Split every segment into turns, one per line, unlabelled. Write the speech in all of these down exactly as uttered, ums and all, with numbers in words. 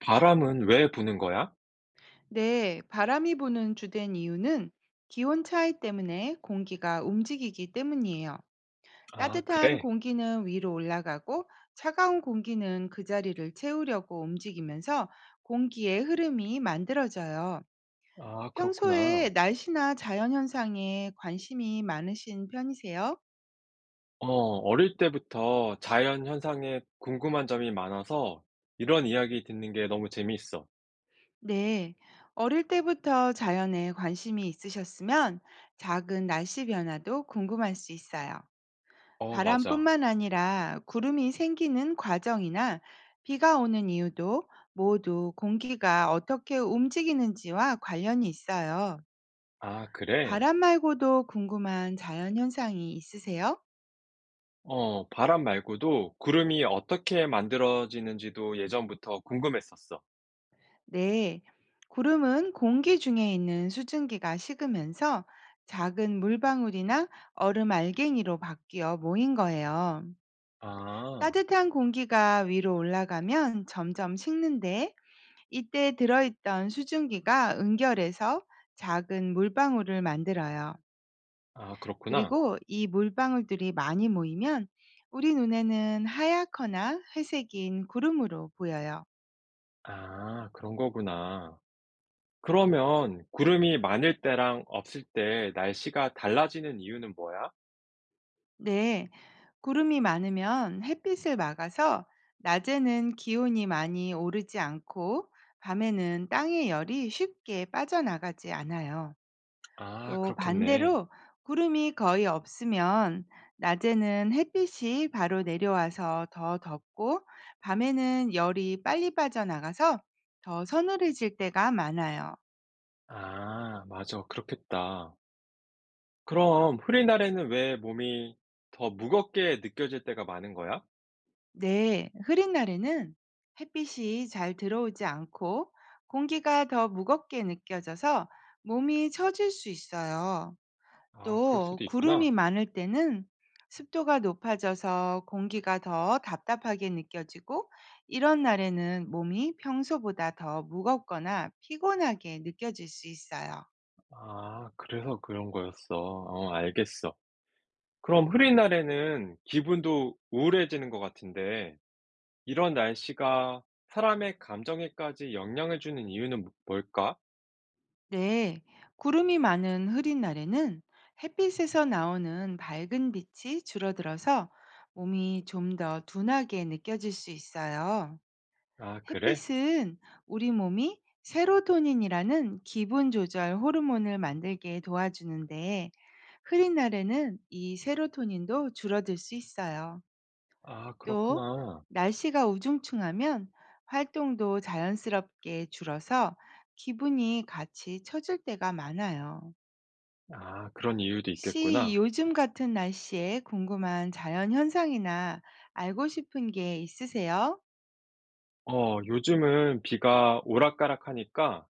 바람은 왜 부는 거야?
네, 바람이 부는 주된 이유는 기온 차이 때문에 공기가 움직이기 때문이에요.
아,
따뜻한
그래?
공기는 위로 올라가고 차가운 공기는 그 자리를 채우려고 움직이면서 공기의 흐름이 만들어져요.
아,
평소에
그렇구나.
날씨나 자연현상에 관심이 많으신 편이세요?
어, 어릴 때부터 자연 현상에 궁금한 점이 많아서 이런 이야기 듣는 게 너무 재미있어.
네, 어릴 때부터 자연에 관심이 있으셨으면 작은 날씨 변화도 궁금할 수 있어요.
어, 맞아.
바람뿐만 아니라 구름이 생기는 과정이나 비가 오는 이유도 모두 공기가 어떻게 움직이는지와 관련이 있어요.
아, 그래?
바람 말고도 궁금한 자연현상이 있으세요?
어, 바람 말고도 구름이 어떻게 만들어지는지도 예전부터 궁금했었어.
네. 구름은 공기 중에 있는 수증기가 식으면서 작은 물방울이나 얼음 알갱이로 바뀌어 모인 거예요.
아,
따뜻한 공기가 위로 올라가면 점점 식는데 이때 들어있던 수증기가 응결해서 작은 물방울을 만들어요.
아, 그렇구나.
그리고 이 물방울들이 많이 모이면 우리 눈에는 하얗거나 회색인 구름으로 보여요.
아, 그런 거구나. 그러면 구름이 많을 때랑 없을 때 날씨가 달라지는 이유는 뭐야?
네, 구름이 많으면 햇빛을 막아서 낮에는 기온이 많이 오르지 않고 밤에는 땅의 열이 쉽게 빠져나가지 않아요.
아,
또
그렇겠네.
반대로 구름이 거의 없으면 낮에는 햇빛이 바로 내려와서 더 덥고 밤에는 열이 빨리 빠져나가서 더 서늘해질 때가 많아요.
아 맞아. 그렇겠다. 그럼 흐린 날에는 왜 몸이 더 무겁게 느껴질 때가 많은 거야?
네, 흐린 날에는 햇빛이 잘 들어오지 않고 공기가 더 무겁게 느껴져서 몸이 처질 수 있어요.
아 그럴
또
수도
구름이
있구나.
많을 때는 습도가 높아져서 공기가 더 답답하게 느껴지고 이런 날에는 몸이 평소보다 더 무겁거나 피곤하게 느껴질 수 있어요.
아 그래서 그런 거였어. 어 알겠어. 그럼 흐린 날에는 기분도 우울해지는 것 같은데 이런 날씨가 사람의 감정에까지 영향을 주는 이유는 뭐 뭘까?
네, 구름이 많은 흐린 날에는 햇빛에서 나오는 밝은 빛이 줄어들어서 몸이 좀 더 둔하게 느껴질 수 있어요.
아 그래?
햇빛은 우리 몸이 세로토닌이라는 기분 조절 호르몬을 만들게 도와주는데 흐린 날에는 이 세로토닌도 줄어들 수 있어요.
아
또
그렇구나.
날씨가 우중충하면 활동도 자연스럽게 줄어서 기분이 같이 처질 때가 많아요.
아 그런 이유도
혹시
있겠구나.
요즘 같은 날씨에 궁금한 자연 현상이나 알고 싶은 게 있으세요?
어 요즘은 비가 오락가락하니까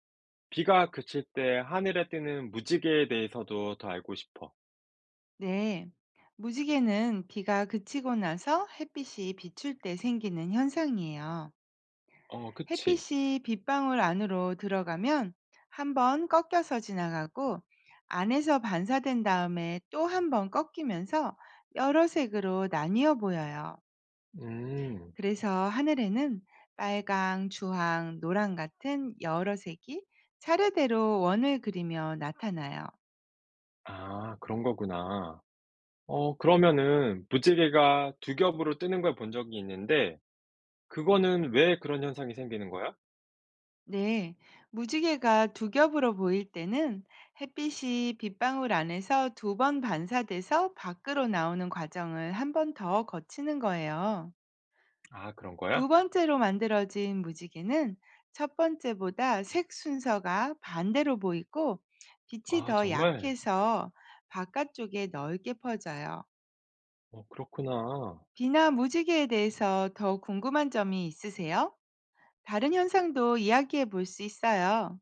비가 그칠 때 하늘에 뜨는 무지개에 대해서도 더 알고 싶어.
네. 무지개는 비가 그치고 나서 햇빛이 비출 때 생기는 현상이에요.
어, 그치.
햇빛이 빗방울 안으로 들어가면 한 번 꺾여서 지나가고 안에서 반사된 다음에 또 한 번 꺾이면서 여러 색으로 나뉘어 보여요.
음.
그래서 하늘에는 빨강, 주황, 노랑 같은 여러 색이 차례대로 원을 그리며 나타나요.
아, 그런 거구나. 어, 그러면은 무지개가 두 겹으로 뜨는 걸 본 적이 있는데, 그거는 왜 그런 현상이 생기는 거야?
네, 무지개가 두 겹으로 보일 때는 햇빛이 빗방울 안에서 두 번 반사돼서 밖으로 나오는 과정을 한 번 더 거치는 거예요.
아, 그런
두
거야?
번째로 만들어진 무지개는 첫 번째보다 색 순서가 반대로 보이고 빛이
아,
더
정말?
약해서 바깥쪽에 넓게 퍼져요.
어, 그렇구나.
비나 무지개에 대해서 더 궁금한 점이 있으세요? 다른 현상도 이야기해 볼 수 있어요.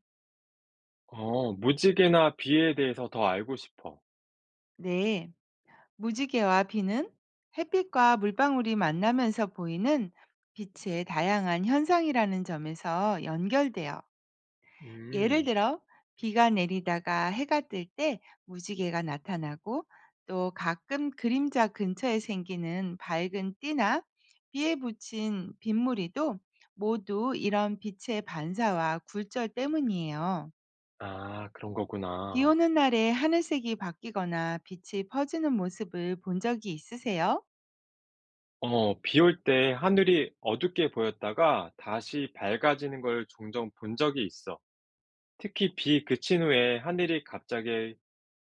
어, 무지개나 비에 대해서 더 알고 싶어.
네. 무지개와 비는 햇빛과 물방울이 만나면서 보이는 빛의 다양한 현상이라는 점에서 연결돼요. 예를
음.
들어 비가 내리다가 해가 뜰 때 무지개가 나타나고 또 가끔 그림자 근처에 생기는 밝은 띠나 비에 붙인 빗무리도 모두 이런 빛의 반사와 굴절 때문이에요.
아, 그런
비
거구나.
오는 날에 하늘색이 바뀌거나 빛이 퍼지는 모습을 본 적이 있으세요?
어, 비올때 하늘이 어둡게 보였다가 다시 밝아지는 걸 종종 본 적이 있어. 특히 비 그친 후에 하늘이 갑자기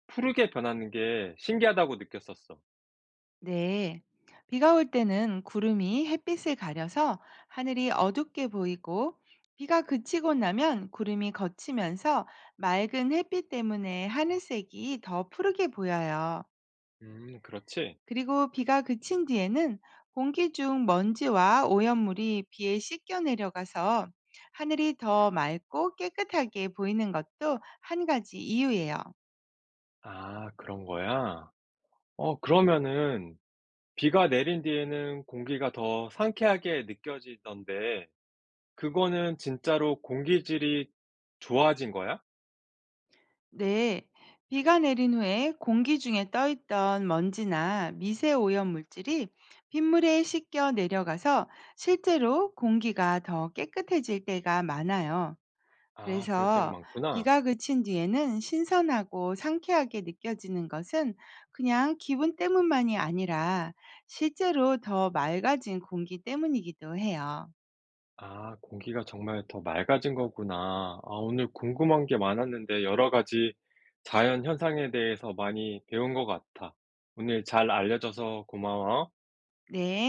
푸르게 변하는 게 신기하다고 느꼈었어.
네. 비가 올 때는 구름이 햇빛을 가려서 하늘이 어둡게 보이고, 비가 그치고 나면 구름이 걷히면서 맑은 햇빛 때문에 하늘색이 더 푸르게 보여요.
음, 그렇지?
그리고 비가 그친 뒤에는 공기 중 먼지와 오염물이 비에 씻겨 내려가서 하늘이 더 맑고 깨끗하게 보이는 것도 한 가지 이유예요.
아, 그런 거야? 어, 그러면은 비가 내린 뒤에는 공기가 더 상쾌하게 느껴지던데, 그거는 진짜로 공기질이 좋아진 거야?
네, 비가 내린 후에 공기 중에 떠있던 먼지나 미세 오염 물질이 빗물에 씻겨 내려가서 실제로 공기가 더 깨끗해질 때가 많아요.
아, 그럴 때가
그래서
많구나.
비가 그친 뒤에는 신선하고 상쾌하게 느껴지는 것은 그냥 기분 때문만이 아니라 실제로 더 맑아진 공기 때문이기도 해요.
아 공기가 정말 더 맑아진 거구나. 아 오늘 궁금한 게 많았는데 여러 가지 자연 현상에 대해서 많이 배운 것 같아. 오늘 잘 알려줘서 고마워.
네.